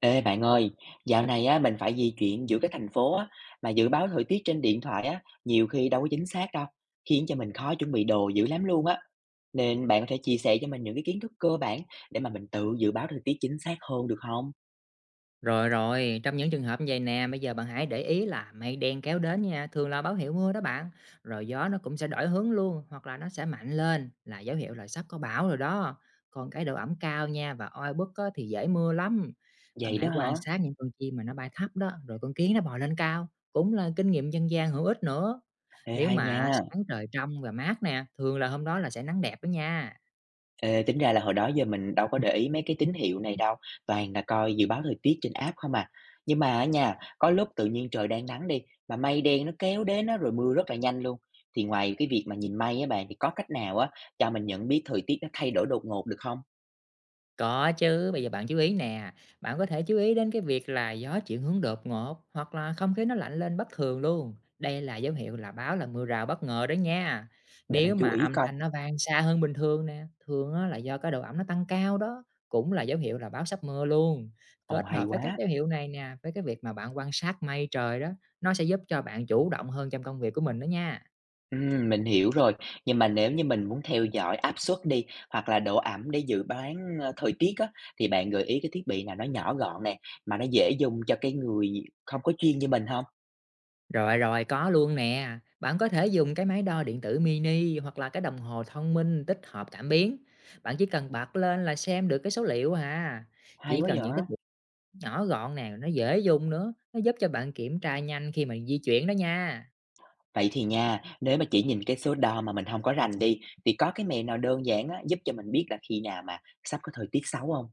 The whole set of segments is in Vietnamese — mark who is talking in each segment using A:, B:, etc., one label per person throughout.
A: Ê bạn ơi, dạo này á mình phải di chuyển giữa các thành phố á, mà dự báo thời tiết trên điện thoại á nhiều khi đâu có chính xác đâu, khiến cho mình khó chuẩn bị đồ dữ lắm luôn á. Nên bạn có thể chia sẻ cho mình những cái kiến thức cơ bản để mà mình tự dự báo thời tiết chính xác hơn được không?
B: Rồi, rồi, trong những trường hợp như vầy nè, bây giờ bạn hãy để ý là mây đen kéo đến nha, thường là báo hiệu mưa đó bạn. Rồi gió nó cũng sẽ đổi hướng luôn, hoặc là nó sẽ mạnh lên, là dấu hiệu là sắp có bão rồi đó. Còn cái độ ẩm cao nha và oi bức á, thì dễ mưa lắm. Bạn
A: Vậy đó
B: hãy quan
A: hả?
B: sát những con chim mà nó bay thấp đó, rồi con kiến nó bò lên cao, cũng là kinh nghiệm dân gian hữu ích nữa.
A: Ê
B: Nếu
A: hay
B: mà
A: nha.
B: sáng trời trong và mát nè, thường là hôm đó là sẽ nắng đẹp đó nha.
A: Ê, tính ra là hồi đó giờ mình đâu có để ý mấy cái tín hiệu này đâu, toàn là coi dự báo thời tiết trên app không à. Nhưng mà á nha, có lúc tự nhiên trời đang nắng đi, mà mây đen nó kéo đến á, rồi mưa rất là nhanh luôn. Thì ngoài cái việc mà nhìn mây á bạn, thì có cách nào á cho mình nhận biết thời tiết nó thay đổi đột ngột được không?
B: Có chứ, bây giờ bạn chú ý nè, bạn có thể chú ý đến cái việc là gió chuyển hướng đột ngột hoặc là không khí nó lạnh lên bất thường luôn. Đây là dấu hiệu là báo là mưa rào bất ngờ đó nha.
A: Để
B: Nếu
A: mình chú
B: mà
A: ý
B: âm
A: coi.
B: thanh nó vang xa hơn bình thường nè, thường á, là do cái độ ẩm nó tăng cao đó, cũng là dấu hiệu là báo sắp mưa luôn.
A: Ồ
B: Kết
A: hay
B: hợp với các
A: quá.
B: dấu hiệu này nè, với cái việc mà bạn quan sát mây trời đó, nó sẽ giúp cho bạn chủ động hơn trong công việc của mình đó nha.
A: Mình hiểu rồi. Nhưng mà nếu như mình muốn theo dõi áp suất đi, hoặc là độ ẩm để dự đoán thời tiết á, thì bạn gợi ý cái thiết bị nào nó nhỏ gọn nè, mà nó dễ dùng cho cái người không có chuyên như mình không?
B: Rồi, rồi, có luôn nè. Bạn có thể dùng cái máy đo điện tử mini hoặc là cái đồng hồ thông minh tích hợp cảm biến. Bạn chỉ cần bật lên là xem được cái số liệu à.
A: Hay
B: Chỉ
A: quá
B: cần những thiết
A: vậy!
B: bị nhỏ gọn nè, nó dễ dùng nữa, nó giúp cho bạn kiểm tra nhanh khi mà di chuyển đó nha.
A: Vậy thì nha, nếu mà chỉ nhìn cái số đo mà mình không có rành đi, thì có cái mẹo nào đơn giản á, giúp cho mình biết là khi nào mà sắp có thời tiết xấu không?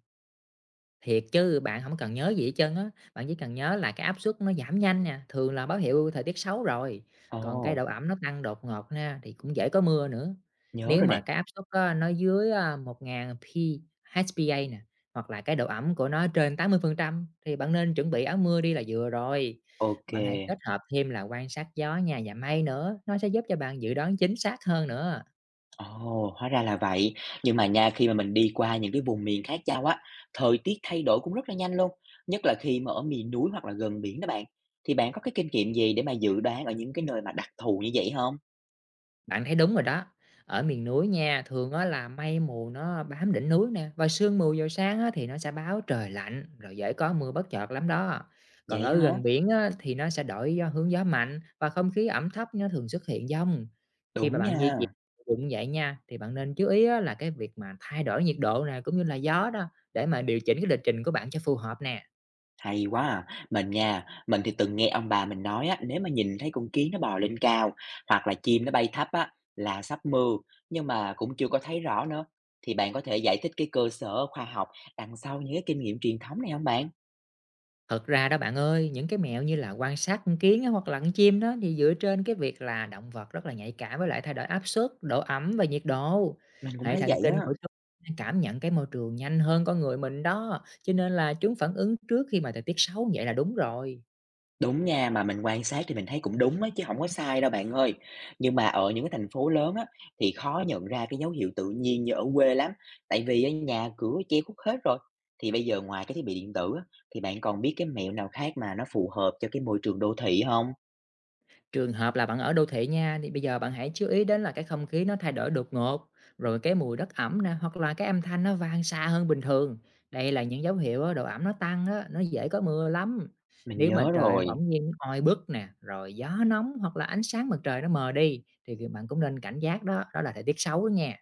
B: Thiệt chứ, bạn không cần nhớ gì hết trơn á, bạn chỉ cần nhớ là cái áp suất nó giảm nhanh nè, thường là báo hiệu thời tiết xấu rồi, còn cái độ
A: Ồ,
B: ẩm nó tăng đột ngột nha, thì cũng dễ có mưa nữa.
A: nhớ
B: Nếu
A: rồi
B: mà
A: nè.
B: cái áp suất á, nó dưới, 1000 hPa nè, hoặc là cái độ ẩm của nó trên 80% thì bạn nên chuẩn bị áo mưa đi là vừa rồi.
A: Ok.
B: Bạn
A: Kê.
B: hãy kết hợp thêm là quan sát gió nhà và mây nữa, nó sẽ giúp cho bạn dự đoán chính xác hơn nữa.
A: Ồ, hóa ra là vậy. Nhưng mà nha, khi mà mình đi qua những cái vùng miền khác nhau á, thời tiết thay đổi cũng rất là nhanh luôn, nhất là khi mà ở miền núi hoặc là gần biển đó bạn. Thì bạn có cái kinh nghiệm gì để mà dự đoán ở những cái nơi mà đặc thù như vậy không?
B: Bạn thấy đúng rồi đó. Ở miền núi nha, thường á là mây mù nó bám đỉnh núi nè và sương mù vào sáng á thì nó sẽ báo trời lạnh rồi dễ có mưa bất chợt lắm đó. Còn
A: Vậy
B: ở
A: hả?
B: gần biển á thì nó sẽ đổi do hướng gió mạnh và không khí ẩm thấp nó thường xuất hiện dông. Khi mà
A: Đúng
B: bạn di chuyển
A: nha.
B: cũng vậy nha thì bạn nên chú ý á là cái việc mà thay đổi nhiệt độ nè cũng như là gió đó để mà điều chỉnh cái lịch trình của bạn cho phù hợp nè.
A: Hay quá à. Mình nha, mình thì từng nghe ông bà mình nói á, nếu mà nhìn thấy con kiến nó bò lên cao hoặc là chim nó bay thấp á là sắp mưa, nhưng mà cũng chưa có thấy rõ nữa. Thì bạn có thể giải thích cái cơ sở khoa học đằng sau những cái kinh nghiệm truyền thống này không bạn?
B: Thật ra đó bạn ơi, những cái mẹo như là quan sát con kiến á, hoặc là con chim đó thì dựa trên cái việc là động vật rất là nhạy cảm với lại thay đổi áp suất, độ ẩm và nhiệt độ.
A: Mình cũng
B: Hệ
A: thấy
B: thần
A: vậy
B: kinh
A: á.
B: của chúng đang cảm nhận cái môi trường nhanh hơn con người mình đó, cho nên là chúng phản ứng trước khi mà thời tiết xấu vậy là đúng rồi.
A: Đúng nha, mà mình quan sát thì mình thấy cũng đúng á, chứ không có sai đâu bạn ơi. Nhưng mà ở những cái thành phố lớn á, thì khó nhận ra cái dấu hiệu tự nhiên như ở quê lắm, tại vì á, nhà cửa che khuất hết rồi. Thì bây giờ ngoài cái thiết bị điện tử á, thì bạn còn biết cái mẹo nào khác mà nó phù hợp cho cái môi trường đô thị không?
B: Trường hợp là bạn ở đô thị nha, thì bây giờ bạn hãy chú ý đến là cái không khí nó thay đổi đột ngột, rồi cái mùi đất ẩm nè, hoặc là cái âm thanh nó vang xa hơn bình thường. Đây là những dấu hiệu á, độ ẩm nó tăng á, nó dễ có mưa lắm.
A: Mình
B: Nếu mà
A: nhớ
B: trời
A: rồi.
B: bỗng nhiên nó oi bức nè, rồi gió nóng hoặc là ánh sáng mặt trời nó mờ đi, thì bạn cũng nên cảnh giác đó, đó là thời tiết xấu đó nha.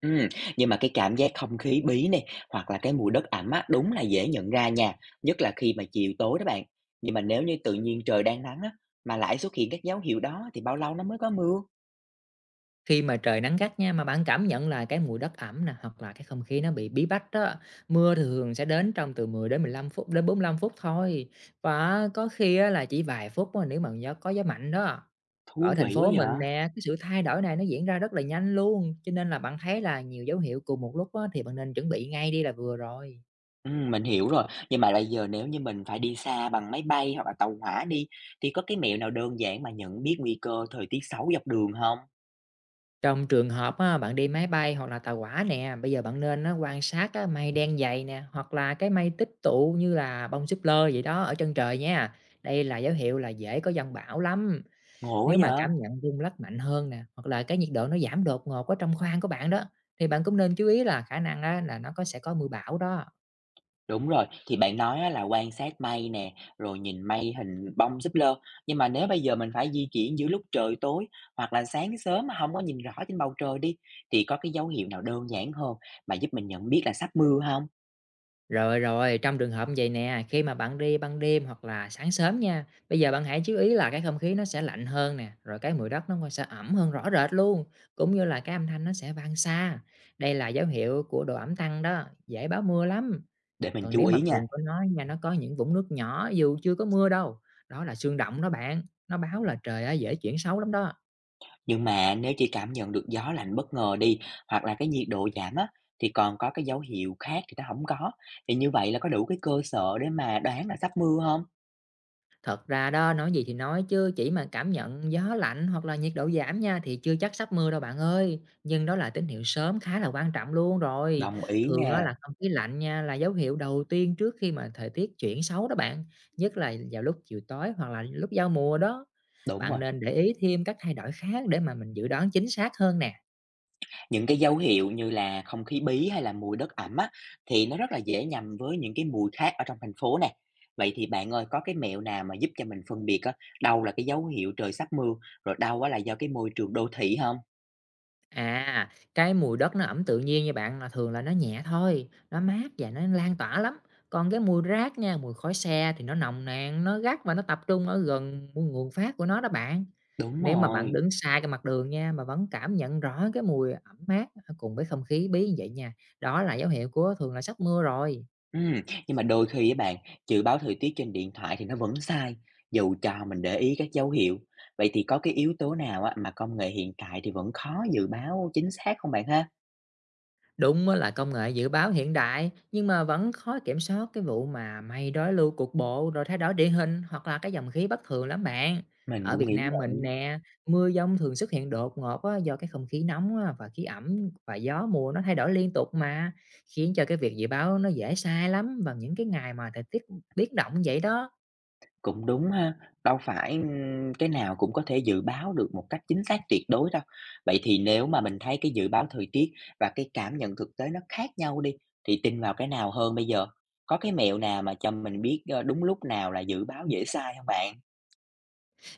A: Ừm, nhưng mà cái cảm giác không khí bí nè, hoặc là cái mùi đất ẩm á, đúng là dễ nhận ra nha, nhất là khi mà chiều tối đó bạn. Nhưng mà nếu như tự nhiên trời đang nắng á, mà lại xuất hiện các dấu hiệu đó thì bao lâu nó mới có mưa?
B: Khi mà trời nắng gắt nha, mà bạn cảm nhận là cái mùi đất ẩm nè, hoặc là cái không khí nó bị bí bách đó, mưa thường sẽ đến trong từ 10 đến 15 phút đến 45 phút thôi, và có khi á là chỉ vài phút thôi nếu mà gió có gió mạnh đó. Ở
A: Thú
B: thành
A: vị quá
B: phố
A: vậy!
B: mình nè, cái sự thay đổi này nó diễn ra rất là nhanh luôn, cho nên là bạn thấy là nhiều dấu hiệu cùng một lúc á, thì bạn nên chuẩn bị ngay đi là vừa rồi.
A: Mình hiểu rồi. Nhưng mà bây giờ nếu như mình phải đi xa bằng máy bay hoặc là tàu hỏa đi, thì có cái mẹo nào đơn giản mà nhận biết nguy cơ thời tiết xấu dọc đường không?
B: Trong trường hợp á, bạn đi máy bay hoặc là tàu hỏa nè, bây giờ bạn nên á, quan sát á, mây đen dày nè, hoặc là cái mây tích tụ như là bông súp lơ vậy đó ở chân trời nha. Đây là dấu hiệu là dễ có dông bão lắm.
A: Ngộ quá
B: Nếu mà cảm
A: vậy!
B: nhận rung lắc mạnh hơn nè, hoặc là cái nhiệt độ nó giảm đột ngột ở trong khoang của bạn đó, thì bạn cũng nên chú ý là khả năng á, là nó sẽ có mưa bão đó.
A: Đúng rồi, thì bạn nói á là quan sát mây nè, rồi nhìn mây hình bông súp lơ. Nhưng mà nếu bây giờ mình phải di chuyển giữa lúc trời tối hoặc là sáng sớm mà không có nhìn rõ trên bầu trời đi, thì có cái dấu hiệu nào đơn giản hơn mà giúp mình nhận biết là sắp mưa không?
B: Rồi, rồi, trong trường hợp như vậy nè, khi mà bạn đi ban đêm hoặc là sáng sớm nha, bây giờ bạn hãy chú ý là cái không khí nó sẽ lạnh hơn nè, rồi cái mùi đất nó cũng sẽ ẩm hơn rõ rệt luôn, cũng như là cái âm thanh nó sẽ vang xa. Đây là dấu hiệu của độ ẩm tăng đó, dễ báo mưa lắm.
A: Để mình
B: Còn
A: chú
B: nếu
A: ý
B: mặt
A: nha.
B: đường của nó nha, nó có những vũng nước nhỏ dù chưa có mưa đâu, đó là sương động đó bạn, nó báo là trời á, dễ chuyển xấu lắm đó.
A: Nhưng mà nếu chỉ cảm nhận được gió lạnh bất ngờ đi, hoặc là cái nhiệt độ giảm á, thì còn có cái dấu hiệu khác thì nó không có, thì như vậy là có đủ cái cơ sở để mà đoán là sắp mưa không?
B: Thật ra đó, nói gì thì nói chứ chỉ mà cảm nhận gió lạnh hoặc là nhiệt độ giảm nha thì chưa chắc sắp mưa đâu bạn ơi. Nhưng đó là tín hiệu sớm khá là quan trọng luôn rồi.
A: Đồng ý
B: Thường á
A: nha,
B: là không khí lạnh nha là dấu hiệu đầu tiên trước khi mà thời tiết chuyển xấu đó bạn. Nhất là vào lúc chiều tối hoặc là lúc giao mùa đó.
A: đúng
B: Bạn
A: rồi.
B: nên để ý thêm các thay đổi khác để mà mình dự đoán chính xác hơn nè.
A: Những cái dấu hiệu như là không khí bí hay là mùi đất ẩm á, thì nó rất là dễ nhầm với những cái mùi khác ở trong thành phố nè. Vậy thì bạn ơi, có cái mẹo nào mà giúp cho mình phân biệt á, đâu là cái dấu hiệu trời sắp mưa, rồi đâu á là do cái môi trường đô thị không?
B: À, cái mùi đất nó ẩm tự nhiên nha bạn là thường là nó nhẹ thôi, nó mát và nó lan tỏa lắm. Còn cái mùi rác nha, mùi khói xe thì nó nồng nàn, nó gắt và nó tập trung ở gần nguồn phát của nó đó bạn.
A: Đúng
B: Nếu mà bạn
A: rồi.
B: đứng xa cái mặt đường nha mà vẫn cảm nhận rõ cái mùi ẩm mát cùng với không khí bí như vậy nha, đó là dấu hiệu của thường là sắp mưa rồi.
A: Ừm, nhưng mà đôi khi á bạn, dự báo thời tiết trên điện thoại thì nó vẫn sai, dù cho mình để ý các dấu hiệu. Vậy thì có cái yếu tố nào á mà công nghệ hiện tại thì vẫn khó dự báo chính xác không bạn ha?
B: Đúng á là công nghệ dự báo hiện đại nhưng mà vẫn khó kiểm soát cái vụ mà mây đối lưu cục bộ rồi thay đổi địa hình hoặc là cái dòng khí bất thường lắm bạn.
A: Mình
B: Ở
A: cũng
B: Việt
A: nghĩ
B: Nam mình
A: vậy,
B: nè, mưa dông thường xuất hiện đột ngột á, do cái không khí nóng á, và khí ẩm và gió mùa nó thay đổi liên tục mà khiến cho cái việc dự báo nó dễ sai lắm vào những cái ngày mà thời tiết biến động vậy đó.
A: cũng đúng ha, đâu phải, cái nào cũng có thể dự báo được một cách chính xác tuyệt đối đâu. Vậy thì nếu mà mình thấy cái dự báo thời tiết và cái cảm nhận thực tế nó khác nhau đi, thì tin vào cái nào hơn bây giờ? Có cái mẹo nào mà cho mình biết, đúng lúc nào là dự báo dễ sai không bạn?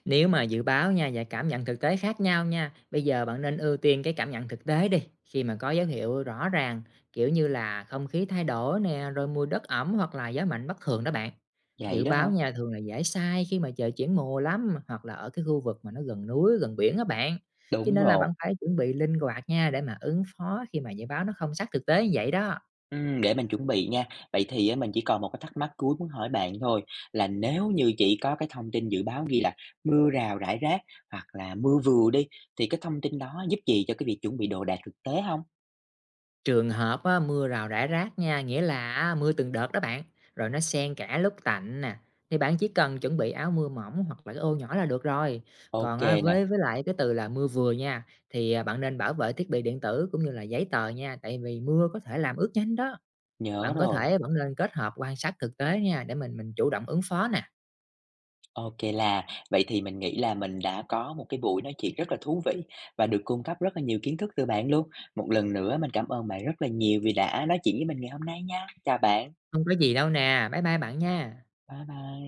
B: Nếu mà dự báo nha và cảm nhận thực tế khác nhau nha, bây giờ bạn nên ưu tiên cái cảm nhận thực tế đi. Khi mà có dấu hiệu rõ ràng, kiểu như là không khí thay đổi nè, rồi mùi đất ẩm hoặc là gió mạnh bất thường đó bạn.
A: Vậy
B: Dự
A: đó hả?
B: báo nha thường là dễ sai khi mà trời chuyển mùa lắm hoặc là ở cái khu vực mà nó gần núi, gần biển đó bạn. Cho
A: Đúng
B: nên là
A: rồi.
B: bạn phải chuẩn bị linh hoạt nha để mà ứng phó khi mà dự báo nó không sát thực tế như vậy đó.
A: Để mình chuẩn bị nha. Vậy thì á, mình chỉ còn một cái thắc mắc cuối muốn hỏi bạn thôi, là nếu như chỉ có cái thông tin dự báo ghi là mưa rào rải rác hoặc là mưa vừa đi, thì cái thông tin đó giúp gì cho cái việc chuẩn bị đồ đạc thực tế không?
B: Trường hợp á, mưa rào rải rác nha, nghĩa là á, mưa từng đợt đó bạn, rồi nó xen cả lúc tạnh nè, thì bạn chỉ cần chuẩn bị áo mưa mỏng hoặc là cái ô nhỏ là được rồi. Còn
A: Ok
B: á,
A: nè,
B: với lại cái từ là mưa vừa nha, thì à, bạn nên bảo vệ thiết bị điện tử cũng như là giấy tờ nha, tại vì mưa có thể làm ướt nhanh đó.
A: nhớ
B: Bạn có
A: rồi.
B: thể vẫn nên kết hợp quan sát thực tế nha, để mình chủ động ứng phó nè.
A: Ok, là vậy thì mình nghĩ là mình đã có một cái buổi nói chuyện rất là thú vị và được cung cấp rất là nhiều kiến thức từ bạn luôn. Một lần nữa mình cảm ơn bạn rất là nhiều vì đã nói chuyện với mình ngày hôm nay nha. Chào bạn.
B: Không có gì đâu nè, bye bye bạn nha.
A: Bye bye.